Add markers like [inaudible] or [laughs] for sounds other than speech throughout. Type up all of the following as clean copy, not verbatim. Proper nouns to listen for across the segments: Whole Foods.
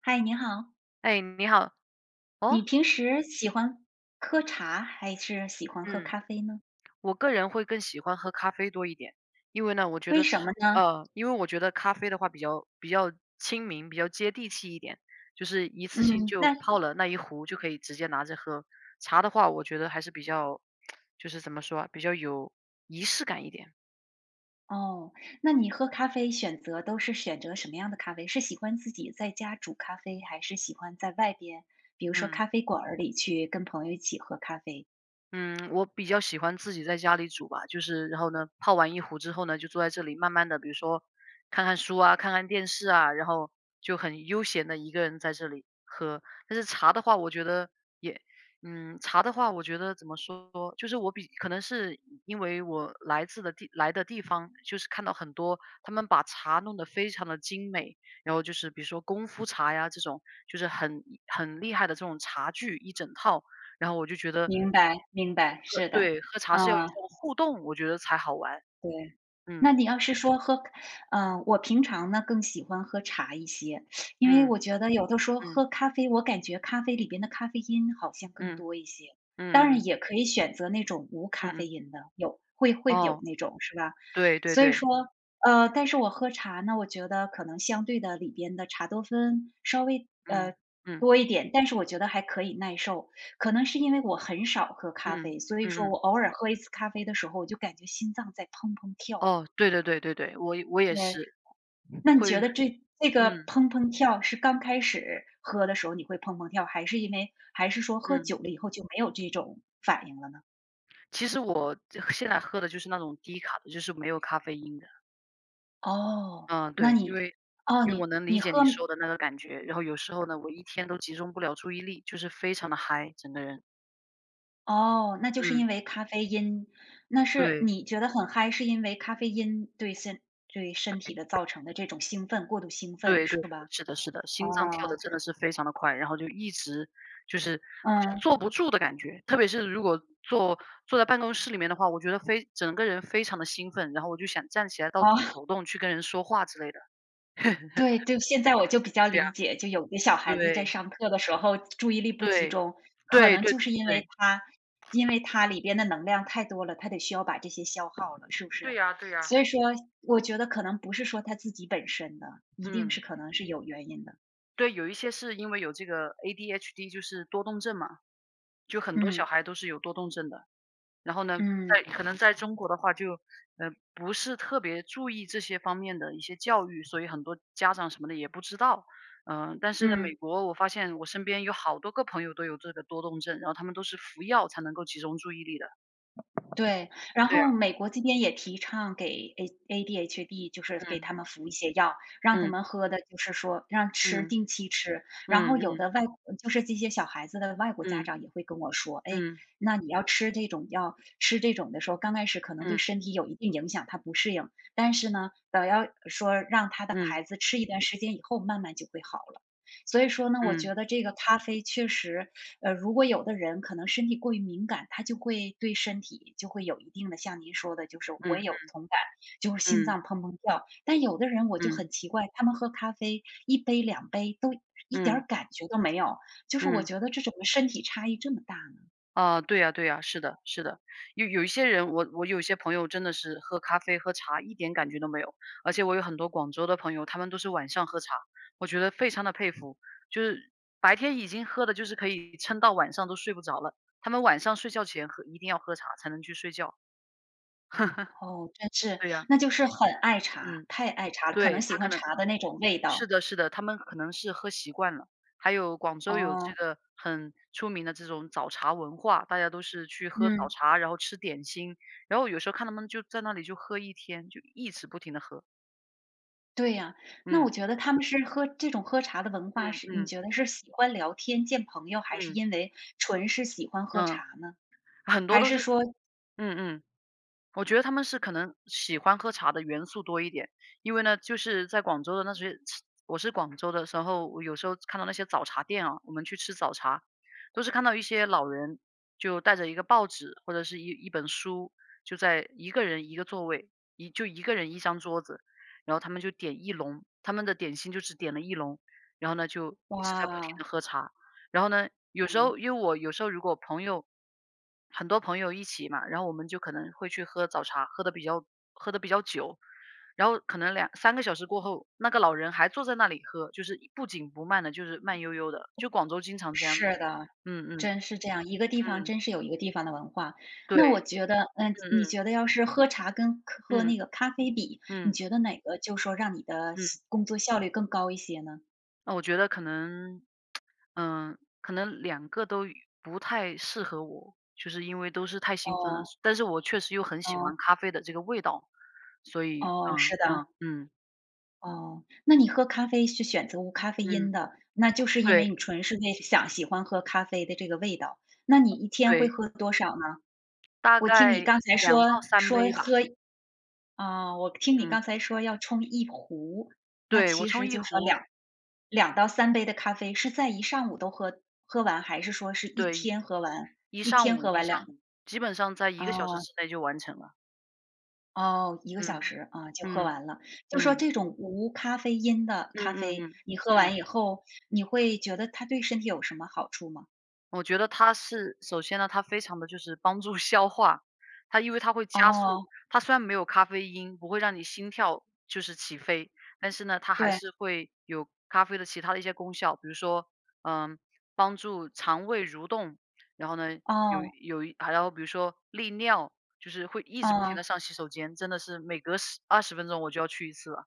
嗨，你好，哎，你好。哦。你平时喜欢喝茶还是喜欢喝嗯，咖啡呢？我个人会更喜欢喝咖啡多一点，因为呢，我觉为得茶。什么呢？因为我觉得咖啡的话比较亲民，比较接地气一点，就是一次嗯，性就那泡了那一壶就可以直接拿着喝。茶的话，我觉得还是比较，[tsk] 就是怎么说啊，比较有仪式感一点。哦，那你喝咖啡选择都是选择什么样的咖啡？是喜欢自己在家煮咖啡，还是喜欢在外边，比如说嗯。咖啡馆儿里去跟朋友一起喝咖啡？嗯，我比较喜欢自己在家里煮吧，就是然后呢，泡完一壶之后呢，就坐在这里慢慢的，比如说看看书啊，看看电视啊，然后就很悠闲的一个人在这里喝。但是茶的话，我觉得也。茶的话，我觉得怎么说，就是我比可能是因为我来自的地来的地方，就是看到很多他们把茶弄得非常的精美，然后就是比如说功夫茶呀这种，就是很厉害的这种茶具一整套。然后我就觉得明白，明白，是的，对，喝茶啊。是要有这种互动，我觉得才好玩。对，嗯，那你要是说喝呃，我平常呢更喜欢喝茶一些，因为嗯，我觉得有的时候嗯，喝咖啡，我感觉咖啡里边的咖啡因好像更嗯，多一些。嗯当嗯然嗯，也可以选择那种无嗯嗯咖嗯嗯啡嗯因的，有会有哦，那种是吧？对对所以对，说，但是我喝茶呢，我觉得可能相对的里边的茶多酚稍微嗯，嗯，多一点，但是我觉得还可以耐受。可能是因为我很少喝咖嗯，啡，所以嗯说嗯，我偶尔喝一次咖啡的时候，我就感觉心脏在砰砰跳。哦，对对对对对，我也对，是那你会觉得这个嗯，砰砰跳是刚开始喝的时候你会砰砰跳，还是说喝嗯，久了以后就没有这种反应了呢？其实我这现在喝的就是那种低卡的，就是没有咖啡因的。哦，嗯，那对，因你为哦，我你能理你解你说的那个感觉，然后有时候呢，我一天都集中不了注意力，就是非常的嗨，整个人。那就是嗯，因为咖啡因，那是对。你觉得很嗨，是因为咖啡因对身体的造成的这种兴奋，过度兴奋对是对，吧？是的是的，哦，心脏跳的真的是非常的快，然后就一直就是好像嗯，坐不住的感觉。特别是如果坐在办公室里面的话，我觉得非整个人非常的兴奋，然后我就想站起来到处哦。走动，去跟人说话之类的。对 [laughs] 对，现在我就比较对呀，理解，就有的小孩子在对，上课的时候注意力不集对，中，可对能对就是因为对，他因为他里边的能量太多了，他得需要把这些消耗了，是不对是？呀对呀，所以说，我觉得可能不是说他自己本身的，一定是嗯，可能是有原因的。对，有一些是因为有这个 ADHD，就是多动症嘛，就很多小嗯孩都是有多动症的。然后呢，在嗯可能在中国的话就，不是特别注意这些方面的一些教育，所以很多家长什么的也不知道。但是呢，嗯。美国我发现我身边有好多个朋友都有这个多动症，然后他们都是服药才能够集中注意力的。对，然对啊，后美国这边也提倡给 ADHD，就是给嗯他们服一些药，让他嗯们喝的就是说让吃嗯定期吃。然嗯后有嗯的外就是这些小孩子的外国家嗯长也会跟我说，哎，嗯那你要吃这种药，吃这种的时候，刚开始可能对嗯身体有一定影响，他不适应，但是呢，等要说让他的嗯孩子吃一段时间以后，慢慢就会好了。所以说呢，我觉嗯得这个咖啡确实如果有的人可能身体过于敏感，他就会对身体就会有一定的像您说的，就是嗯我也嗯有同感，就是心嗯脏砰砰跳。但有的人我就嗯很奇怪，他们喝咖啡一杯两杯都一点嗯嗯儿感觉都没有，就是我嗯。觉得这怎么身体差异这么大呢？啊，对呀对呀，是的是的。有一些人，我有些朋友真的是喝咖啡、喝茶一点感觉都没有，而且我有很多广州的朋友，他们都是晚上喝茶，我觉得非常的佩服。就是白天已经喝的就是可以撑到晚上都睡不着了，他们晚上睡觉前一定要喝茶才能去睡觉。[laughs] 哦，真是，对呀，那就是很爱茶，嗯，太爱茶了，可能对，他喜可欢能茶的那种味是道。的是的，他们可能是喝习惯了。还有广州有这哦，个很出名的这种早茶文化，大家都是去喝早嗯。茶，然后吃点心，然后有时候看他们就在那里就喝一天，就一直不停的喝。对呀，那嗯，我觉得他们是喝这种喝茶的文化嗯是你嗯觉得是喜欢聊天、见朋友，还是嗯，因为纯是喜欢喝嗯，茶呢？很多还都是是说嗯嗯。我觉得他们是可能喜欢喝茶的元素多一点，因为呢，就是在广州的那些吃我是广州的时候，我有时候看到那些早茶店啊，我们去吃早茶，都是看到一些老人就带着一个报纸或者是一本书，就在一个人一个座位，就一个人一张桌子，然后他们就点一笼，他们的点心就只点了一笼，然后呢就一直在不停的哇，喝茶，然后呢，有时候嗯，因为我有时候如果朋友很多朋友一起嘛，然后我们就可能会去喝早茶，喝的比较久，然后可能2、3个小时过后，那个老人还坐在那里喝，就是不紧不慢的，就是慢悠悠的，就广州经常这样。是的，嗯嗯真是这样，一个地方嗯，真是有一个地方的文化。对，那我觉得，嗯，嗯你嗯觉得要是喝茶跟喝嗯那个咖啡比，你嗯觉得哪个就说让你的嗯。工作效率更高一些呢？那我觉得可能，可能两个都不太适合我，就是因为都是太兴奋了。哦，但是我确实又很喜哦，欢咖啡的这个味道，所以，哦，嗯是的。嗯嗯哦，那你喝咖啡是选择无咖啡因嗯，的，那就是因为对你纯是为想喜欢喝咖啡的这个味道。那你一天会对，喝多少呢？大我听你概刚才两到说三说杯吧。喝啊，我听你嗯，刚才说要冲一壶，那对我其冲实一就说壶，2到3杯的咖啡是在一上午都喝完，还是说是一对天喝完？一一上天午喝一完上午，基本上在一啊？个小时哦之内就完成了。哦一个小嗯时，啊，就喝嗯完了。就说嗯这种无咖啡因的嗯咖嗯嗯啡，嗯。你喝嗯完以后，你会觉得它对身体有什么好处吗？我觉得它是首先呢，它非常的就是帮助 [laughs] 消化，因为它会加速哦，它虽然没有咖啡因，不会让你心跳就是起飞，但是呢，它还对，是会有咖啡的其他的一些功效，比如说，嗯，帮助肠胃蠕动，然后呢，有哦，有还要比如说利尿，就是会一直不停哦，的上洗手间，真的是每隔10、20分钟我就要去一次了。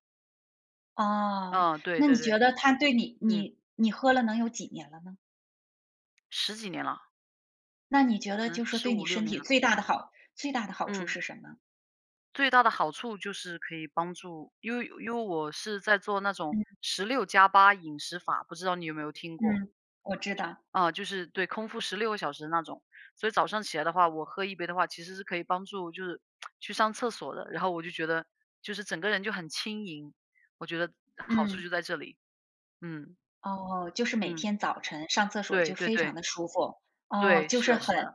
哦，嗯，对那你对对，觉得它对你嗯你喝了能有几年了呢？10几年了，那你觉可得能就说十对五你六身年体了，最大的好处嗯。是什么？最大的好处就是可以帮助因为我是在做那种嗯，16+8饮食法，不知道你有没有听过？嗯，我知道，啊，就是对，空腹16个小时那种。所以早上起来的话，我喝一杯的话，其实是可以帮助就是去上厕所的，然后我就觉得就是整个人就很轻盈，我觉得好处嗯，就在这里。嗯，哦，就是每嗯，天早晨上厕所对就对非常对，的舒服，哦，对，就是是的是很的，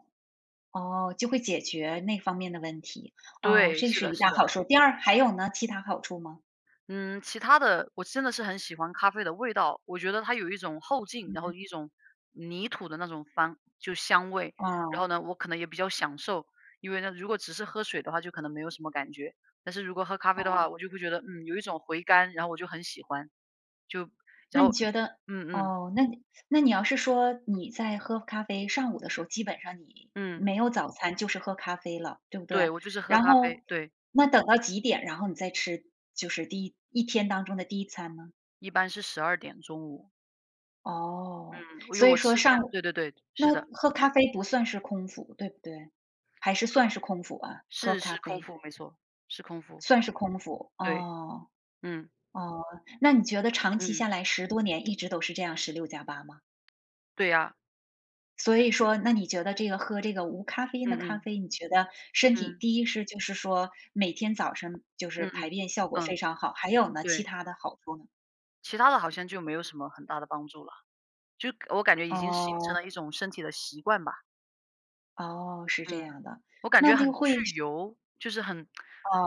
哦，就会解决那方面的问题，哦，对，这是是的一是大的。好处。第二还有呢，其他好处吗？嗯，其他的我真的是很喜欢咖啡的味道，我觉得它有一种后劲，然后一种泥土的那种方就香味。然哦，后呢，我可能也比较享受，因为呢，如果只是喝水的话，就可能没有什么感觉。但是如果喝咖啡的话，哦，我就会觉得，有一种回甘，然后我就很喜欢，就然那你后，觉得嗯嗯哦，那你要是说你在喝咖啡，上午的时候基本上你嗯，没有早餐就是喝咖啡了，对不对，对？我就是喝然咖啡，后对，那等到几点，然后你再吃就是一天当中的第一餐呢？一般是12点中午，嗯，哦，因为所以我吃说饭，上午对对对，那是的，喝咖啡不算是空腹，对不对？还是算是空腹啊，喝咖是空啡？腹，没错，是空腹，算是空腹，对，哦，嗯哦，那你觉得长期嗯。下来10多年一直都是这样十六加八吗？对呀，所以说，那你觉得这个喝这个无咖啡因的嗯咖嗯，啡，你觉得身体嗯，第一是就是说每天早晨就是嗯排嗯，便效果非嗯，常好，还有呢，其对，他的好处呢？其他的好像就没有什么很大的帮助了，就我感觉已经形成哦，了一种身体的习惯吧，哦，是这嗯，样的，我感那觉很就会去油，就是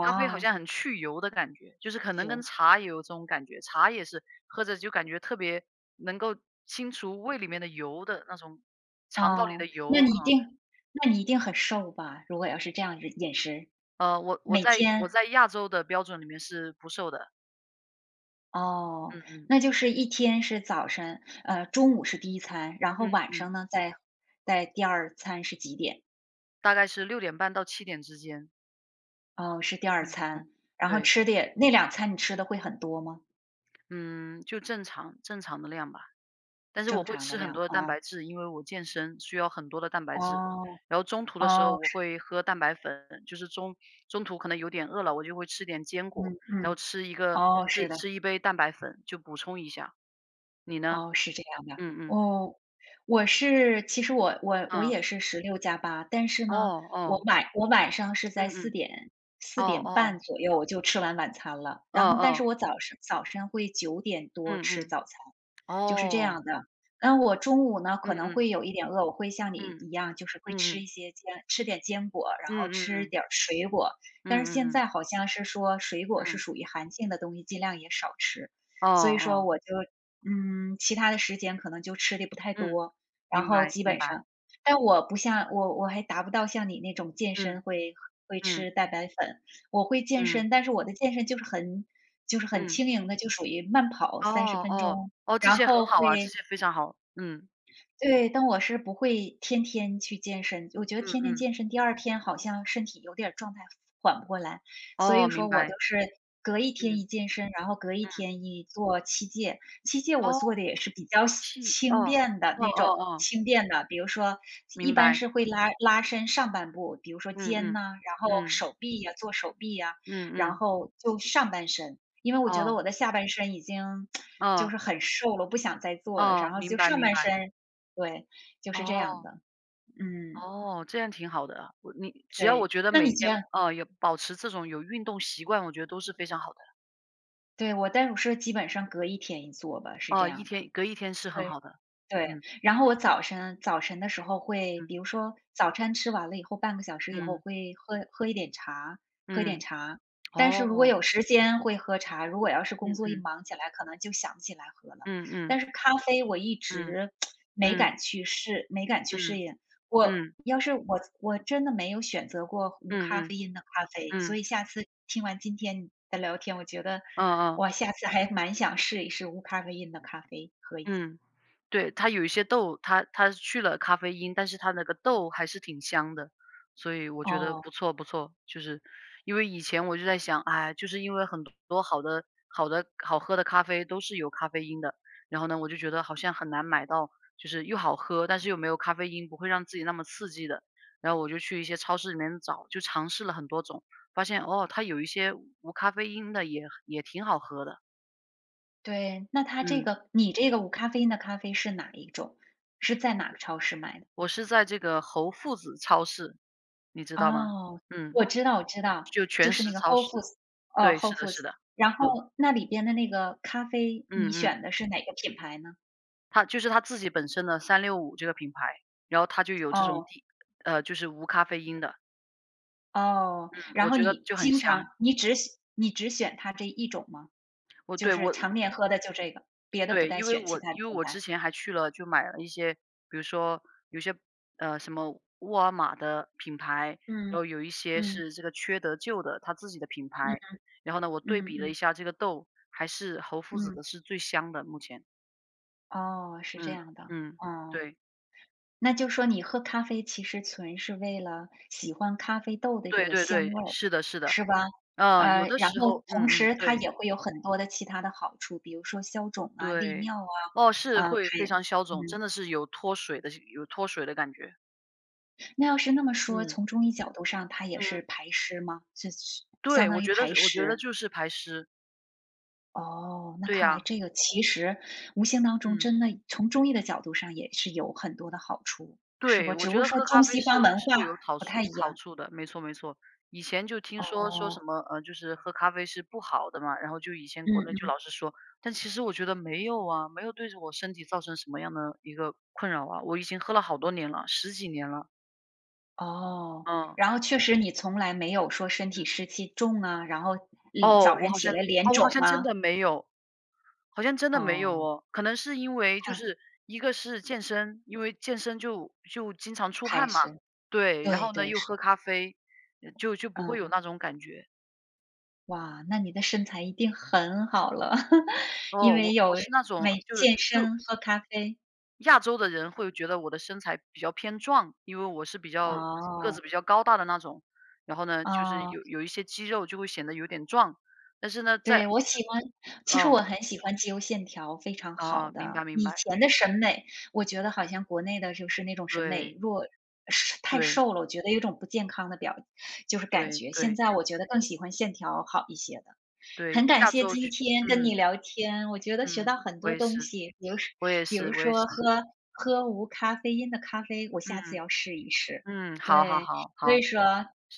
咖啡好像很去油的感觉，就是可能跟哦茶也有这种感觉，茶也是喝着就感觉特别能够清除胃里面的油的那种啊，肠道里的哦，油啊，那你一定很瘦吧，如果要是这样饮食，我我每在我天在亚洲的标准里面是不瘦的，哦，嗯嗯那就是一天是早晨，呃，中午是第一餐，然后嗯晚嗯，上呢，在在第二餐是几点？大概是6:30到7点之间。哦，是第二嗯餐，嗯，然后对，吃的也那两餐你吃的会很多吗？嗯，就正常正常的量吧。但是我正会常的吃很多量的蛋啊，白质，因为我健身需要很多的蛋白质。哦，然后中途的时候哦，我是会喝蛋白粉，就是中途可能有点饿了，我就会吃点坚果，嗯然后嗯，吃一个哦，是吃的。吃一杯蛋白粉，就补充一下。你呢？哦，是这样的。嗯嗯哦，我是其实我嗯，也是十六加八，但是哦呢，哦，我晚上是嗯在嗯，四哦点半哦，左右我就吃完晚餐了，哦然后但是哦，我早上早晨会9点多嗯吃嗯，早餐，就是这哦，样的。那我中午呢，嗯可能嗯会有一点饿，我会像你嗯一样，就是会嗯吃嗯一些坚吃点坚果，然后嗯嗯吃嗯点儿水果，但是嗯嗯现嗯，在好像是说水果是嗯属于寒性的东西，尽量也少吃。哦所以说哦，我就嗯，其他的时间可能就吃的不太嗯。多，然明后白基明本白，上但我不像我还达不到像你那种健身嗯会会吃嗯蛋白粉，我会健嗯身，但是我的健身就是很就是很嗯，轻盈的，就属于慢跑哦三十分哦钟，哦，这然些很后好啊，这会些非常好，嗯对，但我是不会天天去健身，我觉得嗯天天嗯，健身，第二天好像身体有点儿状态缓不过来，所哦，以明说我就白，是隔一天嗯一健身，然后隔一嗯，天一做器械。器械我哦，做的也是比较细气，哦轻便的哦那哦种，哦，轻便的，比如说一明般白，是会拉伸上半部，比如说嗯肩嗯呐，然后嗯手臂呀，做手臂呀，嗯然嗯，后就上半身。因为我觉得哦我的下半身已经 [tsk] 就哦是很瘦了，我不想再做了，哦，然后明就白上明半白，身对，就是这样哦的。嗯，哦，这样挺好的啊，我你只要我对，觉得那每你这天样有保持这种有运动习惯，我觉得都是非常好的。对，我代乳是基本上隔一天一做吧，是这哦，一样的。天隔一天是很对。好的，对，嗯然后我早晨的时候会比嗯如说早餐吃完了以后，半个小时以后，嗯会喝喝一点茶喝一点嗯，茶。但是如果哦。有时间会喝茶，如果要是嗯工作一嗯忙起来，可能就想不起来喝了。嗯但是咖啡我一嗯直嗯没敢去适嗯应。嗯我嗯要是我我真的没有选择过无嗯咖嗯啡因的咖啡，嗯，所嗯以下次听完今天的聊天，我觉得哦，嗯。我下次还蛮想试一试无咖啡因的咖啡，喝一下。嗯，对，它有一些豆，它去了咖啡因，但是它那个豆还是挺香的，所以我觉得哦。不错不错。就是因为以前我就在想，哎，就是因为很多好的好喝的咖啡都是有咖啡因的，然后呢，我就觉得好像很难买到，就是又好喝，但是又没有咖啡因，不会让自己那么刺激的。然后我就去一些超市里面找，就尝试了很多种，发现哦，它有一些无咖啡因的也挺好喝的，对，那它这嗯。个你这个无咖啡因的咖啡是哪一种？是在哪个超市买的？我是在这个侯父子超市，你知道吗？哦，嗯，我知道我知道，就就全是食那个 超 Whole 市，Foods，哦 w 对，h o l 是 e 的是 Foods，的，然嗯，后那里边的那个咖啡，你嗯嗯，选的是哪个品牌呢？它就是它自己本身的365这个品牌，然后它就有这种哦，低就是无咖啡因的，嗯，哦，然我后觉得你就很经常香。你只选它这一种吗？我就对，是我常年喝的就这个，别的不对，带因为选其我他的因为品我之牌？前还去了，就买了一些，比如说有些什么沃尔玛的品牌，然嗯，后有一些嗯，是这个缺德舅的他自己的品嗯，牌，然后呢，我对嗯比了一嗯下这个豆，还是侯夫子嗯，的是最香的，目前，哦，是这嗯样的，嗯，哦。对那就说你喝咖啡其实纯是为了喜欢咖啡豆的这对个对香对，味儿，是的是的，是吧？嗯，有的然时后候，同嗯嗯，时它对也会有很多的其他的好处，比如说消肿啊、利对，尿啊，哦，是会非常消肿，嗯，真的是有脱水的感觉，那要是那么说，嗯从中医角度上，它也是嗯，排湿吗？是对，相当于排我觉得湿。就是排湿。哦，那对看来呀，这个其实无形当中嗯，真的从中医的角度上也是有很多的好处，是对，不？我只不觉过得说喝咖中啡西是方文是化会有好不处太一好样。处的，没错没错。以前就听说说什哦，么，就是喝咖啡是不好的嘛，然后就以前国内就嗯，老是说，但其实我觉得没有啊，没有对着我身体造成什么样的一个困扰啊，我已经喝了好多年了，十几年了，哦，嗯然后确实你从来没有说身嗯，体湿气重啊，然后，嗯，哦，早我晨好起像来脸哦，我好肿像真啊，的没有，好像真的没有哦，哦，可能是因为就太是一个是健身，因为健身就经常出太汗嘛，是，对，然对后呢对又是，喝咖啡，就不会有嗯，那种感觉。哇，那你的身材一定很好了，[laughs] 因哦，为我有是那种每就健就身、喝咖啡，亚洲的人会觉得我的身材比较偏壮，因为我是比较个子哦，比较高大的那种，然后呢就是哦。有一些肌肉就会显得有点壮，但是呢在对，我喜欢其实哦、我很喜欢肌肉线条非常啊、好明白的。明白，以前的审美，我觉得好像国内的就是那种审美对弱是太对瘦了，我觉得有种不健康的就是感对觉。现对在我觉得更喜欢线条好一些的。很对，感亚谢洲今区，天跟你嗯。聊天，我觉得学嗯，到很我多也东是，西，比如说我也比如是，我也是。说喝喝无咖啡因的咖啡，我下次嗯，要试一试。嗯，好好对，好所好，以说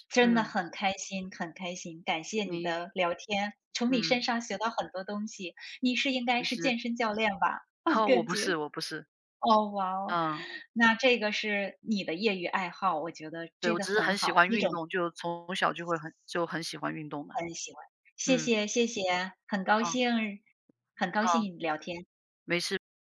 真的嗯，很开心，很开心，感谢你你的聊天，从你嗯，身上学到很多东西。你是应该你是是，健身教练吧？[laughs] 我 [laughs] 我感不是，觉，我不是，哦，哇哦，嗯，那这个是你的业余爱好，我觉得对，真我的只是很很喜好，欢一运种动，就从小就会很喜欢运动的，很喜欢，谢嗯，谢谢谢，很高哦，兴很高哦，兴聊天。没事。